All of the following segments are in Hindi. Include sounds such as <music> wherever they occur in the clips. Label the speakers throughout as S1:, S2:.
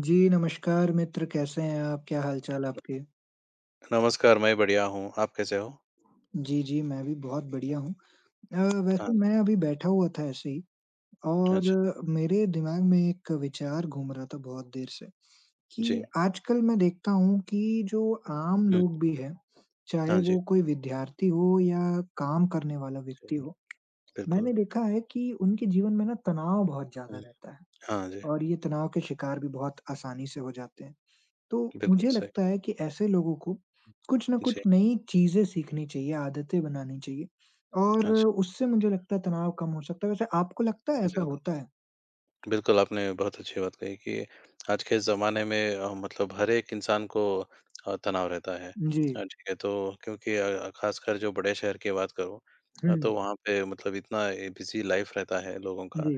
S1: जी, नमस्कार मित्र, कैसे हैं आप? क्या हाल-चाल
S2: न
S1: आपके?
S2: नमस्कार, मैं बढ़िया हूँ, आप कैसे हो?
S1: जी, जी, मैं भी बहुत बढ़िया हूँ। अ,
S2: हाँ
S1: वैसे
S2: जी,
S1: मैं अभी बैठा हुआ था ऐसे ही
S2: अच्छा,
S1: और मेरे दिमाग में एक विचार घूम रहा था बहुत देर से, कि
S2: जी।
S1: आजकल मैं देखता हूँ कि जो आम
S2: हुँ,
S1: लोग भी हैं, चाहे
S2: हाँ जी,
S1: वो कोई विद्यार्थी हो या काम करने वाला
S2: जी,
S1: व्यक्ति हो,
S2: बिल्कुल।
S1: मैंने देखा है कि उनके जीवन में ना तनाव बहुत ज़्यादा
S2: हुँ,
S1: रहता है
S2: हाँ जी,
S1: और ये तनाव के शिकार भी बहुत आसानी से हो जाते हैं। तो
S2: बिल्कुल
S1: मुझे
S2: सही।
S1: लगता है कि ऐसे लोगों को कुछ ना
S2: जी,
S1: कुछ नई चीज़ें सीखनी चाहिए, आदतें बनानी चाहिए और
S2: अच्छा,
S1: उससे मुझे लगता है तनाव कम हो सकता है। वैसे आपको लगता है ऐसा
S2: बिल्कुल।
S1: होता है?
S2: बिल्कुल, आपने बहुत अच्छी बात कही कि आज के ज़माने में मतलब हर एक इंसान को तनाव रहता है।
S1: जी।
S2: ठीक है, तो क्योंकि ख़ासकर जो बड़े शहर की बात करूँ,
S1: हुँ,
S2: तो वहाँ पे मतलब इतना बिज़ी लाइफ़ रहता है लोगों का।
S1: जी।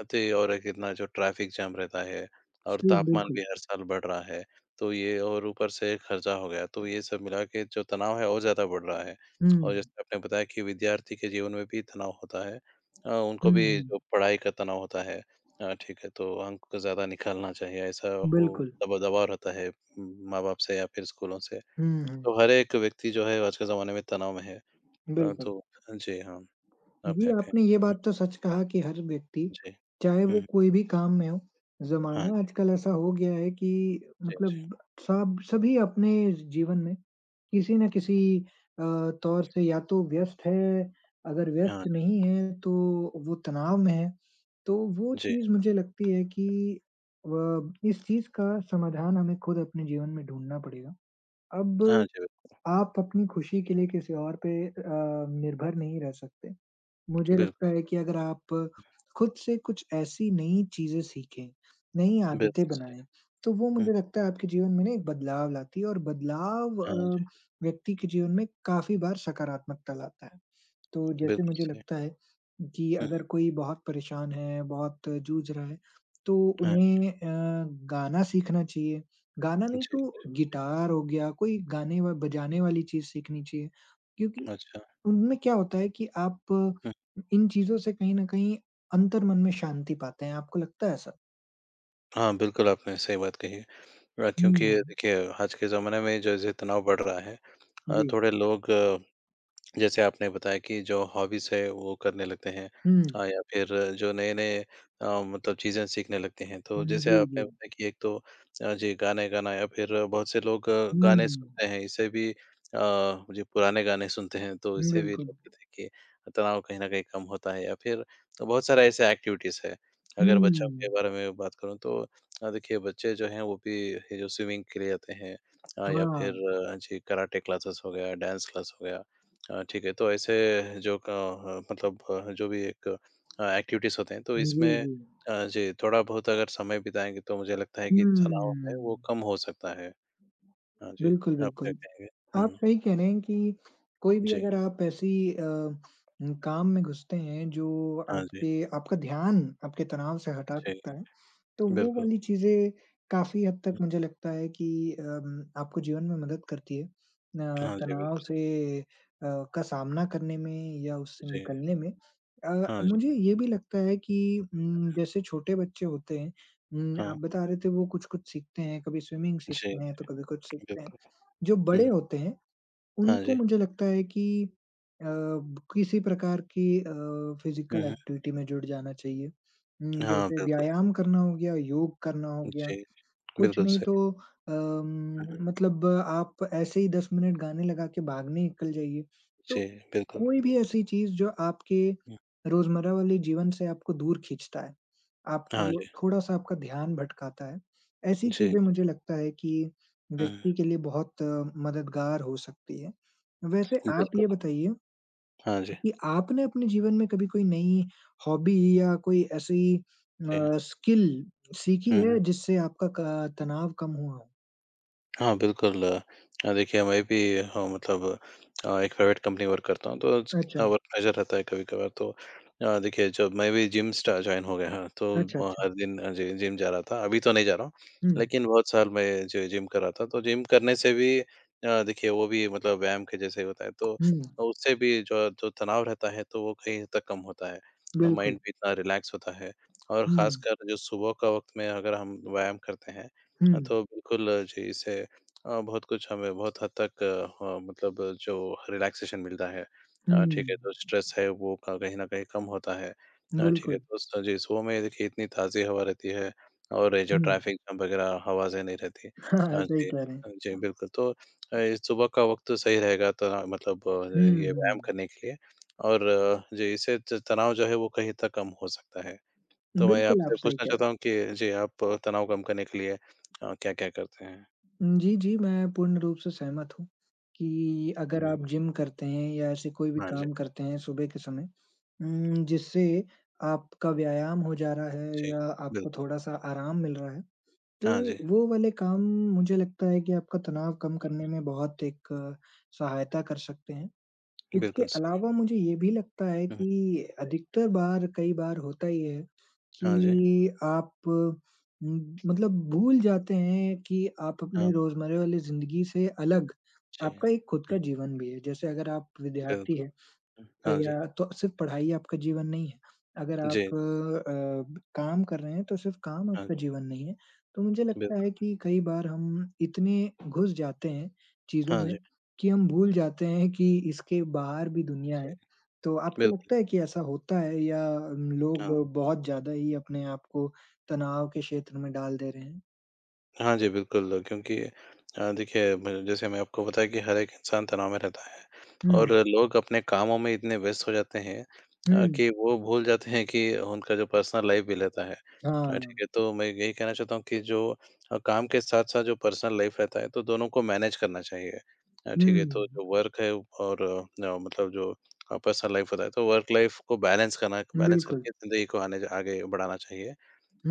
S2: अते और एक इतना जो ट्रैफ़िक जाम रहता है और
S1: जी,
S2: तापमान भी
S1: बिल्कुल।
S2: हर साल बढ़ रहा है, तो ये और ऊपर से खर्चा हो गया, तो ये सब मिला के जो तनाव है और ज़्यादा बढ़ रहा है।
S1: हुँ।
S2: और जैसे आपने बताया कि विद्यार्थी के जीवन में भी तनाव होता है। उनको
S1: हुँ,
S2: भी
S1: हुँ।
S2: जो पढ़ाई का तनाव होता है। हाँ, ठीक है, तो अंक ज़्यादा निकालना चाहिए, ऐसा हो
S1: बिल्कुल।
S2: दबा दबाव रहता है माँ-बाप से या फिर स्कूलों से।
S1: हुँ, हुँ।
S2: तो हर एक व्यक्ति जो है आज के ज़माने में तनाव में है। अ,
S1: बिल्कुल।
S2: तो जी, हाँ।
S1: जी,
S2: ओके, ओके।
S1: आपने ये बात तो सच कहा कि हर व्यक्ति,
S2: जी।
S1: चाहे
S2: हुँ,
S1: वो
S2: हुँ।
S1: कोई भी काम में हो,
S2: हाँ
S1: ज़माना
S2: जी,
S1: आजकल ऐसा हो गया है कि
S2: जी, जी।
S1: मतलब सब सभी अपने जीवन में किसी न किसी अ, तौर से या तो व्यस्त है, अगर
S2: हाँ
S1: व्यस्त
S2: जी,
S1: नहीं है तो वो तनाव में है। तो वो
S2: जी।
S1: चीज़ मुझे लगती है कि व इस चीज़ का समाधान हमें खुद अपने जीवन में ढूँढना पड़ेगा। अब
S2: हाँ जी,
S1: आप अपनी खुशी के लिए किसी और पे निर्भर नहीं रह सकते। मुझे लगता
S2: बिल्कुल,
S1: है कि अगर आप खुद से कुछ ऐसी नई चीज़ें सीखें, नई आदतें
S2: बिल्कुल सही।
S1: बनाएँ, तो वो
S2: हुँ,
S1: मुझे लगता है आपके जीवन में ना एक बदलाव लाती है और बदलाव
S2: हाँ जी,
S1: व्यक्ति के जीवन में काफ़ी बार सकारात्मकता लाता है। तो जैसे
S2: बिल्कुल
S1: मुझे
S2: सही।
S1: लगता है कि
S2: हुँ,
S1: अगर कोई बहुत परेशान है, बहुत जूझ रहा है, तो
S2: हाँ
S1: उन्हें गाना सीखना चाहिए। गाना नहीं
S2: जी,
S1: तो गिटार हो गया, कोई गाने व बजाने वाली चीज़ सीखनी चाहिए, क्योंकि
S2: अच्छा।
S1: उनमें क्या होता है कि आप
S2: हुँ,
S1: इन चीज़ों से कहीं न कहीं अंतर्मन में शांति पाते हैं, आपको लगता है ऐसा?
S2: हाँ, बिल्कुल आपने सही बात कही है। क्योंकि
S1: हुँ,
S2: देखिए आज के ज़माने में जैसे तनाव बढ़ रहा है,
S1: जी।
S2: थोड़े लोग जैसे आपने बताया कि जो हॉबीज है वो करने लगते हैं,
S1: हुँ,
S2: या फिर जो नए नए मतलब चीजें सीखने लगते हैं। तो
S1: हुँ,
S2: जैसे
S1: जी,
S2: आपने
S1: जी।
S2: बताया कि एक तो जी, गाने गाना या फिर बहुत से लोग
S1: हुँ,
S2: गाने सुनते हैं। इससे भी जो पुराने गाने सुनते हैं तो इससे भी
S1: बिल्कुल।
S2: लोग कहते हैं कि तनाव कहीं ना कहीं कम होता है। या फिर तो बहुत सारा ऐसे एक्टिविटीज है। अगर बच्चों के
S1: हुँ,
S2: बारे में बात करूं तो देखिए बच्चे जो हैं वो भी ये जो स्विमिंग के लिए आते हैं,
S1: हाँ,
S2: जी, कराटे क्लासेस हो गया, डांस क्लास हो गया। ठीक है, तो ऐसे जो मतलब जो भी एक एक्टिविटीज़ होते हैं, तो
S1: जी,
S2: इसमें
S1: जी।
S2: जी, थोड़ा बहुत अगर समय बिताएँगे, तो मुझे लगता है
S1: हुँ,
S2: कि तनाव है, वो कम हो सकता है। हाँ जी,
S1: बिल्कुल,
S2: आप क्या
S1: बिल्कुल।
S2: कहेंगे? हुँ,
S1: आप
S2: हुँ।
S1: सही कह रहे हैं कि कोई भी
S2: जी।
S1: अगर आप ऐसी काम में घुसते हैं जो
S2: हाँ जी,
S1: आपके आपका ध्यान आपके तनाव से हटा
S2: जी,
S1: सकता है तो वो
S2: बिल्कुल।
S1: वाली चीज़ें काफ़ी हद तक
S2: हुँ,
S1: मुझे लगता है कि आपको जीवन में मदद करती है।
S2: हाँ जी,
S1: तनाव
S2: बिल्कुल।
S1: से का सामना करने में या उससे
S2: जी,
S1: निकलने में।
S2: हाँ जी,
S1: मुझे ये भी लगता है कि जैसे छोटे बच्चे होते हैं
S2: हाँ।
S1: आप बता रहे थे वो कुछ-कुछ सीखते हैं, कभी स्विमिंग
S2: जी,
S1: सीखते हैं, तो कभी कुछ सीखते हैं।
S2: बिल्कुल।
S1: जो
S2: हुँ,
S1: बड़े
S2: हुँ।
S1: होते हैं
S2: हाँ
S1: उनको
S2: जी।
S1: मुझे लगता है कि अ, किसी प्रकार की
S2: हुँ,
S1: फिजिकल
S2: हुँ।
S1: एक्टिविटी में जुड़ जाना चाहिए।
S2: हाँ,
S1: जैसे
S2: बिल्कुल।
S1: व्यायाम करना हो गया, योग करना हो गया
S2: जी,
S1: कुछ
S2: बिल्कुल
S1: नहीं तो
S2: सही। हुँ, हुँ।
S1: मतलब आप ऐसे ही 10 मिनट गाने लगा के भागने निकल जाइए। तो
S2: जी, बिल्कुल।
S1: कोई भी ऐसी चीज़ जो आपके
S2: हुँ,
S1: रोज़मर्रा वाले जीवन से आपको दूर खींचता है,
S2: हाँ
S1: आपको
S2: जी,
S1: थोड़ा-सा आपका ध्यान भटकाता है, ऐसी
S2: जी,
S1: चीज़ें मुझे लगता है कि
S2: हुँ,
S1: व्यक्ति के लिए बहुत मददगार हो सकती है। वैसे आप
S2: बिल्कुल।
S1: ये बताइए
S2: हाँ जी,
S1: कि आपने अपने जीवन में कभी कोई नई हॉबी या कोई ऐसी
S2: जी।
S1: स्किल सीखी
S2: हुँ, हुँ।
S1: है जिससे आपका क तनाव कम हुआ हो?
S2: हाँ, बिल्कुल। देखिए मैं भी, हाँ, मतलब एक प्राइवेट कंपनी में वर्क करता हूँ, तो कितना
S1: अच्छा,
S2: वर्क प्रेशर रहता है कभी-कभार। तो देखिए जब मैं भी जिम स्टा जॉइन हो गया, हाँ, तो
S1: अच्छा,
S2: वहाँ
S1: अच्छा।
S2: हर दिन अ, जि जिम जा रहा था, अभी तो नहीं जा रहा हूँ,
S1: हुँ,
S2: लेकिन बहुत साल मैं जो जिम कर रहा था, तो जिम करने से भी देखिए वो भी मतलब व्यायाम के जैसे ही होता है, तो
S1: हुँ,
S2: उससे भी जो जो तनाव रहता है, तो वो कहीं हद तक कम होता है।
S1: बिल्कुल।
S2: माइंड भी इतना रिलैक्स होता है और
S1: हुँ,
S2: ख़ासकर जो सुबह का वक़्त में अगर हम व्यायाम करते हैं,
S1: हुँ,
S2: हाँ, तो बिल्कुल जी, इससे बहुत कुछ हमें बहुत हद तक मतलब जो रिलैक्सेशन मिलता है।
S1: हुँ,
S2: ठीक है, तो स्ट्रेस है वो क कहीं न कहीं कम होता है। अ, ठीक है,
S1: बिल्कुल।
S2: तो स जी, सुबह में देखिए इतनी ताज़ी हवा रहती है और ये जो
S1: हुँ,
S2: ट्रैफ़िक जाम वगैरह आवाज़ें नहीं रहती।
S1: <laughs> हाँ,
S2: हाँ
S1: सही
S2: जी,
S1: कह रहे हैं।
S2: हाँ जी, बिल्कुल, तो ये सुबह का वक़्त सही रहेगा त मतलब ये
S1: हुँ,
S2: व्यायाम
S1: हुँ,
S2: करने के लिए। और जी, इससे त तनाव जो है वो कहीं तक कम हो सकता है। तो मैं
S1: बिल्कुल आप
S2: आपसे
S1: सही
S2: पूछना
S1: कह रहे हैं।
S2: चाहता हूँ कि जी, आप तनाव कम करने के लिए क्या-क्या करते हैं?
S1: जी, जी, मैं पूर्ण रूप से सहमत हूँ कि
S2: हुँ,
S1: अगर
S2: हुँ।
S1: आप जिम करते हैं या ऐसे कोई भी
S2: हाँ जी।
S1: काम करते हैं सुबह के समय जिससे आपका व्यायाम हो जा रहा है
S2: जी,
S1: या आपको
S2: बिल्कुल।
S1: थोड़ा-सा आराम मिल रहा है,
S2: हाँ
S1: तो
S2: जी,
S1: वो वाले काम मुझे लगता है कि आपका तनाव कम करने में बहुत एक सहायता कर सकते हैं। इसके
S2: बिल्कुल सही।
S1: अलावा मुझे ये भी लगता है
S2: हुँ, जी।
S1: कि अधिकतर बार, कई बार होता ये है
S2: हाँ जी,
S1: कि आप मतलब भूल जाते हैं कि आप अपने
S2: हाँ,
S1: रोज़मर्रा वाली ज़िंदगी से अलग
S2: जी।
S1: आपका एक खुद
S2: हुँ,
S1: का जीवन भी है। जैसे अगर आप विद्यार्थी
S2: बिल्कुल।
S1: हैं
S2: हाँ जी,
S1: या तो सिर्फ़ पढ़ाई आपका जीवन नहीं है। अगर
S2: जी, जी,
S1: आप काम कर रहे हैं तो सिर्फ़ काम
S2: हाँ,
S1: आपका
S2: जी
S1: जीवन नहीं है। तो मुझे लगता है
S2: बिल्कुल।
S1: कि कई बार हम इतने घुस जाते हैं चीज़ों
S2: हाँ
S1: में
S2: जी,
S1: कि हम भूल जाते हैं कि इसके बाहर भी दुनिया
S2: जी,
S1: है। तो आपको
S2: बिल्कुल।
S1: लगता है कि ऐसा होता है या लोग
S2: हाँ।
S1: बहुत ज़्यादा ही अपने आप को तनाव के क्षेत्र में डाल दे रहे हैं?
S2: हाँ जी, बिल्कुल क्योंकि देखिए म जैसे मैं आपको बताया कि हर एक इंसान तनाव में रहता है
S1: हुँ,
S2: और लोग अपने कामों में इतने व्यस्त हो जाते हैं
S1: हुँ,
S2: कि वो भूल जाते हैं कि उनका जो पर्सनल लाइफ़ भी रहता है। ठीक
S1: हाँ,
S2: है, तो मैं यही कहना चाहता हूँ कि जो काम के साथ-साथ जो पर्सनल लाइफ़ रहता है, तो दोनों को मैनेज करना चाहिए।
S1: हुँ,
S2: ठीक है, तो जो वर्क है और मतलब जो पर्सनल लाइफ़ होता है, तो वर्क लाइफ़ को बैलेंस
S1: बिल्कुल।
S2: करके ज़िंदगी को आने आगे बढ़ाना चाहिए।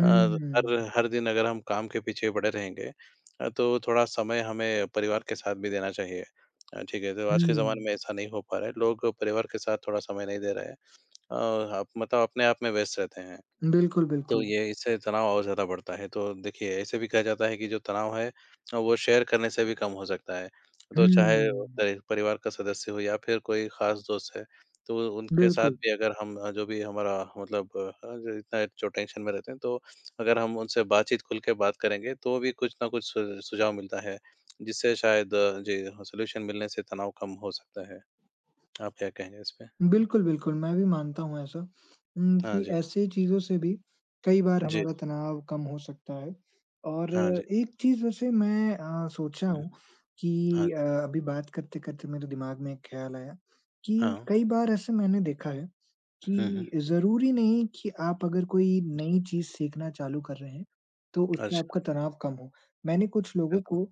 S2: अ, हर हर दिन अगर हम काम के पीछे पड़े रहेंगे, तो थोड़ा समय हमें परिवार के साथ भी देना चाहिए। ठीक है, तो आज के
S1: हुँ,
S2: ज़माने में ऐसा नहीं हो पा रहा है, लोग परिवार के साथ थोड़ा समय नहीं दे रहे हैं। अ, आप मतलब अपने आप में व्यस्त रहते हैं।
S1: बिल्कुल,
S2: तो
S1: बिल्कुल।
S2: ये इससे तनाव और ज़्यादा बढ़ता है। तो देखिए, ऐसे भी कहा जाता है कि जो तनाव है वो शेयर करने से भी कम हो सकता है। तो
S1: हुँ,
S2: चाहे वो परिवार का सदस्य हो या फिर कोई ख़ास दोस्त है, तो उनके साथ
S1: बिल्कुल।
S2: भी अगर हम जो भी हमारा मतलब जो इतना जो टेंशन में रहते हैं, तो अगर हम उनसे बातचीत खुल के बात करेंगे, तो भी कुछ ना कुछ सु सुझाव मिलता है, जिससे शायद जी, सॉल्यूशन मिलने से तनाव कम हो सकता है। आप क्या कहेंगे इस पे?
S1: बिल्कुल, बिल्कुल, मैं भी मानता हूँ ऐसा
S2: हाँ
S1: कि
S2: जी।
S1: ऐसे चीज़ों से भी कई बार
S2: जी।
S1: हमारा तनाव कम हो सकता है और
S2: हाँ जी।
S1: एक चीज़ वैसे मैं सोचा
S2: हुँ, हुँ।
S1: हूँ
S2: हाँ
S1: कि
S2: जी।
S1: अभी बात करते-करते मेरे दिमाग में एक ख़्याल आया कि
S2: हाँ।
S1: कई बार ऐसे मैंने देखा है
S2: हुँ, हुँ।
S1: कि ज़रूरी नहीं कि आप अगर कोई नई चीज़ सीखना चालू कर रहे हैं, तो उससे
S2: अच्छा,
S1: आपका तनाव कम हो। मैंने कुछ लोगों
S2: बिल्कुल।
S1: को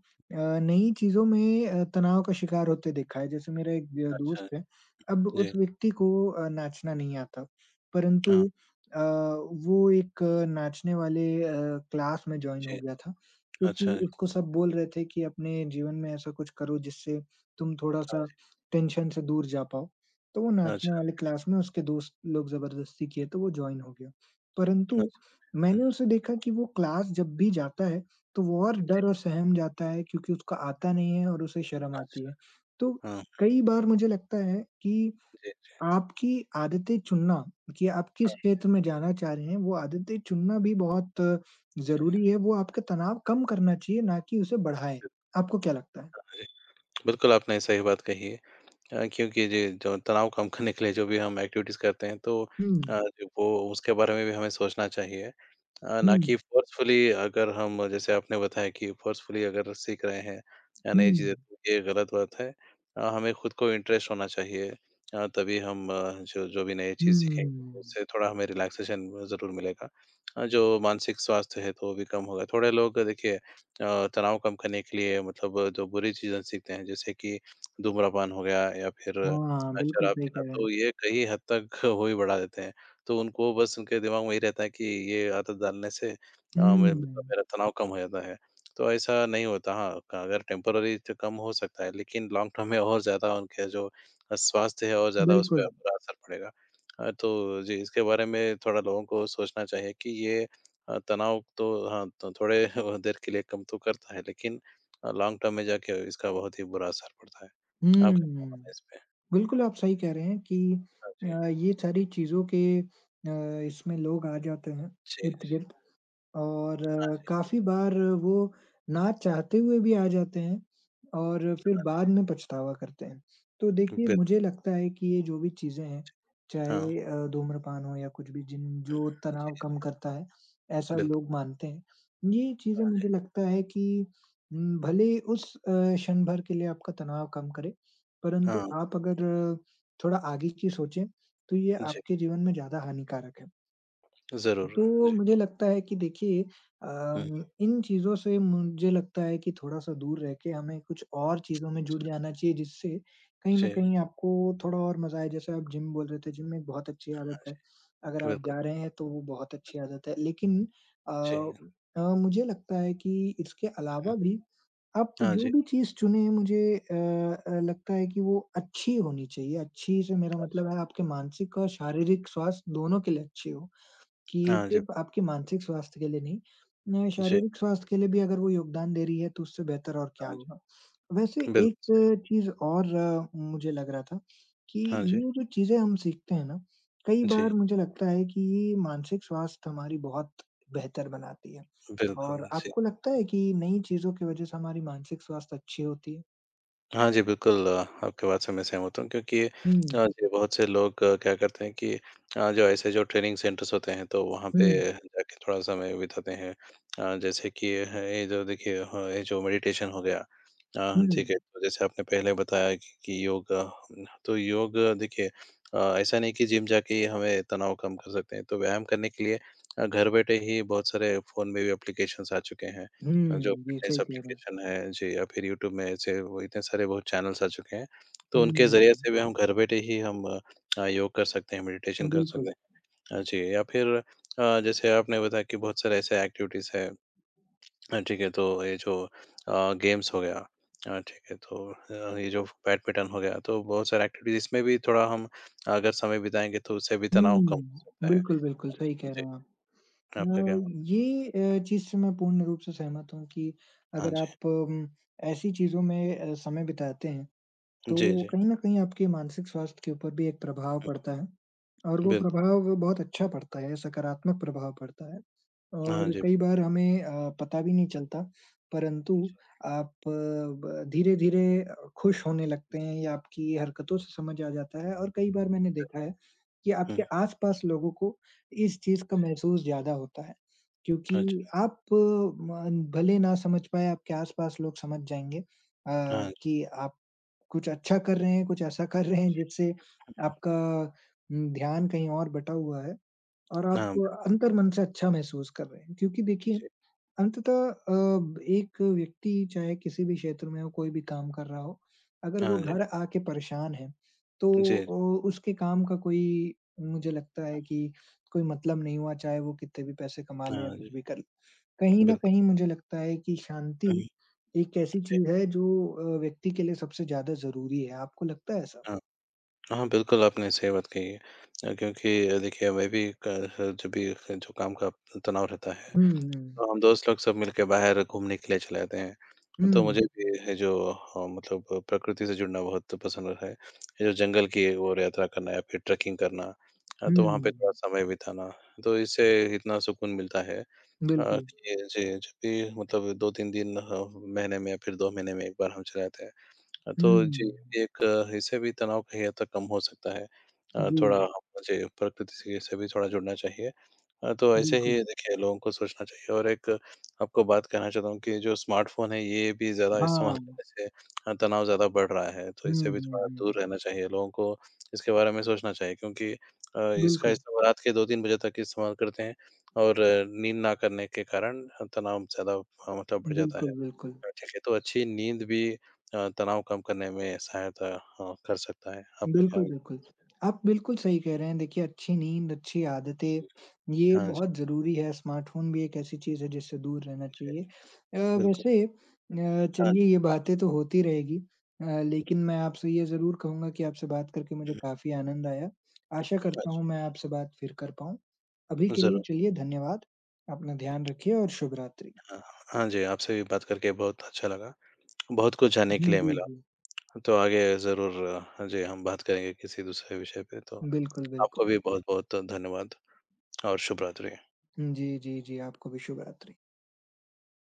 S1: नई चीज़ों में तनाव का शिकार होते देखा है। जैसे मेरा एक द
S2: अच्छा,
S1: दोस्त है अब उस
S2: जी,
S1: व्यक्ति को नाचना नहीं आता, परंतु
S2: हाँ,
S1: अ, वो एक नाचने वाले क्लास में जॉइन हो
S2: जी,
S1: गया था, क्योंकि
S2: अच्छा, जी,
S1: उसको सब बोल रहे थे कि अपने जीवन में ऐसा कुछ करो जिससे तुम
S2: हाँ
S1: थोड़ा-सा
S2: जी,
S1: टेंशन से दूर जा पाओ। तो वो नाचने
S2: अच्छा,
S1: वाले क्लास में उसके दोस्त लोग ज़बरदस्ती किए तो वो जॉइन हो गया। परंतु
S2: अच्छा, हुँ,
S1: मैंने उसे देखा कि वो क्लास जब भी जाता है, तो वो और
S2: जी,
S1: डर और सहम जाता है क्योंकि उसको आता नहीं है और उसे शर्म आती
S2: अच्छा,
S1: है। तो
S2: हाँ,
S1: कई बार मुझे लगता है कि
S2: जी,
S1: आपकी आदतें चुनना कि आप किस
S2: हाँ,
S1: क्षेत्र में जाना चाह रहे हैं, वो आदतें चुनना भी बहुत
S2: जी,
S1: ज़रूरी है, वो आपका तनाव कम करना चाहिए, ना कि उसे बढ़ाए।
S2: बिल्कुल,
S1: आपको क्या लगता है?
S2: जी। बिल्कुल, आपने सही बात कही है। क्योंकि जी, जो तनाव कम करने के लिए जो भी हम एक्टिविटीज़ करते हैं, तो
S1: हुँ,
S2: जो वो उसके बारे में भी हमें सोचना चाहिए।
S1: हुँ,
S2: ना कि फ़ोर्सफुली अगर हम जैसे आपने बताया कि फ़ोर्सफुली अगर सीख रहे हैं या नई चीज़ें
S1: हुँ,
S2: तो ये गलत बात है। हमें खुद को इंटरेस्ट होना चाहिए, तभी हम जो जो भी नई चीज़ सीखेंगे तो
S1: हुँ।
S2: उससे थोड़ा हमें रिलैक्सेशन ज़रूर मिलेगा। जो मानसिक स्वास्थ्य है तो वो भी कम होगा। थोड़े लोग देखिए तनाव कम करने के लिए मतलब जो बुरी चीज़ें सीखते हैं जैसे कि धूम्रपान हो गया या फिर
S1: हाँ, बिल्कुल
S2: शराब
S1: सही
S2: पीना,
S1: कह रहे हैं।
S2: तो ये कई हद तक हो ही बढ़ा देते हैं। तो उनको बस उनके दिमाग में यही रहता है कि ये आदत डालने से अ, मे मतलब
S1: हुँ,
S2: मेरा तनाव कम हो जाता है। तो ऐसा नहीं होता। हाँ, अगर टेम्परेरी तो कम हो सकता है, लेकिन लॉन्ग टर्म में और ज़्यादा उनके जो स्वास्थ्य है और ज़्यादा उसपे
S1: बिल्कुल।
S2: बुरा असर पड़ेगा। तो जी, इसके बारे में थोड़ा लोगों को सोचना चाहिए कि ये तनाव तो हाँ, तो थोड़े <laughs> देर के लिए कम तो करता है, लेकिन लॉन्ग टर्म में जाके इसका बहुत ही बुरा असर पड़ता है। आपका क्या मानना है
S1: हुँ,
S2: इसपे?
S1: बिल्कुल आप सही कह रहे हैं कि
S2: हाँ जी।
S1: ये सारी चीज़ों के इसमें लोग आ जाते हैं
S2: जी,
S1: इर्द-गिर्द। और
S2: हाँ
S1: काफ़ी बार वो ना चाहते हुए भी आ जाते हैं और फिर बाद में पछतावा करते हैं। तो
S2: जी।
S1: देखिए,
S2: बिल
S1: मुझे लगता है कि ये जो भी चीज़ें हैं,
S2: हाँ,
S1: चाहे धूम्रपान हो या कुछ भी जिन जो तनाव
S2: जी,
S1: कम करता है, ऐसा
S2: बिल्कुल।
S1: लोग मानते हैं। ये चीज़ें मुझे लगता है कि भले उस क्षण भर के लिए आपका तनाव कम करे, परंतु
S2: हाँ,
S1: आप अगर थोड़ा आगे की सोचें, तो ये
S2: जी,
S1: आपके जीवन में ज़्यादा हानिकारक है।
S2: ज़रूर।
S1: तो
S2: जी,
S1: मुझे लगता है कि देखिए
S2: हुँ।
S1: इन चीज़ों से मुझे लगता है कि थोड़ा-सा दूर रह के हमें कुछ और चीज़ों में जुड़ जाना चाहिए, जिससे कहीं न
S2: जी, हाँ
S1: कहीं आपको थोड़ा और मज़ा आए। जैसे आप जिम बोल रहे थे, जिम में एक बहुत अच्छी आदत है।
S2: जी,
S1: अगर आप
S2: बिल्कुल।
S1: जा रहे हैं, तो वो बहुत अच्छी आदत है। लेकिन
S2: जी,
S1: अ मुझे लगता है कि इसके
S2: हुँ।
S1: अलावा भी आप
S2: हाँ
S1: जो
S2: जी,
S1: भी चीज़ चुनें, मुझे अ लगता है कि वो अच्छी होनी चाहिए। अच्छी से मेरा
S2: हाँ
S1: मतलब है आपके मानसिक और शारीरिक स्वास्थ्य दोनों के लिए अच्छी हो। कि
S2: जी, हाँ जी,
S1: सिर्फ आपके मानसिक स्वास्थ्य के लिए नहीं
S2: जी,
S1: शारीरिक स्वास्थ्य के लिए भी अगर वो योगदान दे रही है तो उससे बेहतर और क्या
S2: हाँ जी,
S1: होगा। वैसे एक
S2: बिल्कुल सही।
S1: चीज़ और मुझे लग रहा था कि
S2: हाँ जी,
S1: ये जो चीज़ें हम सीखते हैं ना, कई बार
S2: जी,
S1: मुझे लगता है कि ये मानसिक स्वास्थ्य हमारी बहुत बेहतर बनाती है।
S2: बिल्कुल,
S1: और
S2: जी।
S1: आपको लगता है कि नई चीज़ों की वज़ह से हमारी मानसिक स्वास्थ्य अच्छी होती है?
S2: हाँ जी, बिल्कुल। आपकी बात से मैं सहमत हूँ क्योंकि
S1: हुँ,
S2: जी, बहुत से लोग क्या करते हैं कि जो ऐसे जो ट्रेनिंग सेंटर्स होते हैं तो वहाँ
S1: हुँ,
S2: पे जाके थोड़ा समय बिताते हैं। जैसे कि ये जो मेडिटेशन हो गया।
S1: हुँ,
S2: ठीक है, तो जैसे आपने पहले बताया कि योग, तो योग देखिए ऐसा नहीं कि जिम जाके ही हमें तनाव कम कर सकते हैं, तो व्यायाम करने के लिए घर बैठे ही बहुत सारे फ़ोन में भी एप्लीकेशंस आ चुके हैं। जो
S1: हुँ, जी,
S2: फ़िटनेस
S1: सही कह रहे हैं।
S2: एप्लीकेशन है जी, या फिर यूट्यूब में ऐसे वो इतने सारे बहुत चैनल्स आ चुके हैं। तो
S1: हुँ,
S2: उनके ज़रिए से भी हम घर बैठे ही हम योग कर सकते हैं, मेडिटेशन कर सकते
S1: बिल्कुल।
S2: हैं। जी, या फिर जैसे आपने बताया कि बहुत सारे ऐसे एक्टिविटीज़ हैं। ठीक है, तो ये जो गेम्स हो गया, ये जो बैडमिंटन हो गया, तो बहुत सारे एक्टिविटीज़ इसमें भी थोड़ा हम अगर समय बिताएँगे तो उससे भी तनाव कम हो
S1: हुँ।
S2: सकता है।
S1: बिल्कुल, बिल्कुल, सही कह
S2: जी,
S1: रहे हैं आप।
S2: आपका
S1: अ,
S2: क्या।
S1: ये चीज़ से मैं पूर्ण रूप से सहमत हूँ कि
S2: हाँ
S1: अगर
S2: जी।
S1: आप ऐसी चीज़ों में समय बिताते हैं,
S2: जी,
S1: तो
S2: जी,
S1: कहीं न कहीं आपके मानसिक स्वास्थ्य के ऊपर भी एक प्रभाव पड़ता है और वो
S2: बिल्कुल।
S1: प्रभाव बहुत अच्छा पड़ता है, सकारात्मक प्रभाव पड़ता है
S2: हाँ
S1: और
S2: जी।
S1: कई बार हमें पता भी नहीं चलता, परंतु आप ब धीरे-धीरे खुश होने लगते हैं या आपकी हरकतों से समझ आ जाता है और कई बार मैंने देखा है कि
S2: हुँ,
S1: आपके आस-पास लोगों को इस चीज़ का
S2: जी।
S1: महसूस ज़्यादा होता है
S2: अच्छा।
S1: क्योंकि आप अ, म भले ना समझ पाएँ, आपके आस-पास लोग समझ जाएँगे
S2: हाँ जी,
S1: कि आप कुछ अच्छा कर रहे हैं, कुछ ऐसा कर रहे हैं
S2: जी।
S1: जिससे आपका ध्यान कहीं और बटा हुआ है और आप
S2: हाँ, बिल्कुल।
S1: अंतर्मन से अच्छा महसूस कर रहे हैं। क्योंकि देखिए
S2: जी।
S1: अंततः एक व्यक्ति चाहे किसी भी क्षेत्र में हो, कोई भी काम कर रहा हो, अगर वो
S2: हाँ जी।
S1: घर आके परेशान है, तो
S2: जी,
S1: उसके काम का कोई मुझे लगता है कि कोई मतलब नहीं हुआ, चाहे वो कितने भी पैसे कमा ले या
S2: हाँ जी,
S1: कुछ भी कर ले। कहीं न
S2: बिल्कुल।
S1: कहीं मुझे लगता है कि शांति
S2: हुँ,
S1: एक ऐसी
S2: जी,
S1: चीज़ है जो व्यक्ति के लिए सबसे ज़्यादा ज़रूरी है। आपको लगता है ऐसा?
S2: हाँ। हाँ, बिल्कुल आपने सही बात कही है। क्योंकि देखिए मैं भी जब भी जो काम का तनाव रहता है,
S1: हुँ,
S2: तो हम दोस्त लोग सब मिलके बाहर घूमने के लिए चले जाते हैं। तो मुझे
S1: हुँ,
S2: भी है जो मतलब प्रकृति से जुड़ना बहुत पसंद है। ये जो जंगल की ओर यात्रा करना या फिर ट्रैकिंग करना, तो वहाँ पे थोड़ा
S1: हुँ,
S2: समय बिताना, तो इससे इतना सुकून मिलता है। हाँ,
S1: बिल्कुल।
S2: जी, जी, जब भी मतलब 2-3 दिन ह महीने में या फिर 2 महीने में 1 बार हम चलाते हैं। तो जी,
S1: हुँ,
S2: एक इससे भी तनाव कहीं हद तक कम हो सकता है।
S1: जी,
S2: थोड़ा मुझे प्रकृति से भी थोड़ा जुड़ना चाहिए। तो ऐसे ही
S1: बिल्कुल।
S2: देखिए लोगों को सोचना चाहिए। और एक आपको बात कहना चाहता हूँ कि जो स्मार्टफ़ोन है ये भी ज़्यादा इस्तेमाल
S1: हाँ।
S2: करने से तनाव ज़्यादा बढ़ रहा है। तो इससे
S1: हुँ,
S2: भी
S1: हुँ,
S2: थोड़ा
S1: हुँ,
S2: दूर रहना चाहिए, लोगों को इसके बारे में सोचना चाहिए क्योंकि इसका
S1: बिल्कुल,
S2: इस्तेमाल रात के 2-3 बजे तक इस्तेमाल करते हैं और नींद ना करने के कारण तनाव ज़्यादा मतलब बढ़ जाता
S1: बिल्कुल,
S2: है।
S1: बिल्कुल।
S2: ठीक है, तो अच्छी नींद भी तनाव कम करने में सहायता कर सकता है। आपका क्या
S1: बिल्कुल, बिल्कुल।
S2: विचार
S1: आप बिल्कुल सही कह रहे हैं। देखिए अच्छी नींद, अच्छी आदतें,
S2: है?
S1: ये
S2: हाँ जी,
S1: बहुत ज़रूरी है। स्मार्टफ़ोन भी एक ऐसी चीज़ है जिससे दूर रहना
S2: जी,
S1: चाहिए। अ,
S2: बिल्कुल।
S1: वैसे
S2: हाँ जी।
S1: चलिए ये बातें तो होती रहेगी लेकिन मैं आपसे ये ज़रूर कहूँगा कि आपसे बात करके मुझे
S2: हुँ,
S1: काफ़ी आनंद आया। आशा
S2: हुँ,
S1: करता
S2: अच्छा,
S1: हूँ मैं आपसे बात फिर कर पाऊँ। अभी के लिए
S2: ज़रूर।
S1: चलिए धन्यवाद। अपना ध्यान रखिए और शुभ रात्रि।
S2: हाँ, हाँ जी, आपसे भी बात करके बहुत अच्छा लगा। बहुत कुछ जानने के
S1: हुँ,
S2: लिए
S1: जी,
S2: मिला।
S1: जी।
S2: तो आगे ज़रूर हाँ जी, हम बात करेंगे किसी दूसरे विषय पे। तो
S1: बिल्कुल,
S2: आपको
S1: बिल्कुल।
S2: भी बहुत-बहुत धन्यवाद और शुभ रात्रि।
S1: जी, जी, जी। आपको भी शुभ रात्रि।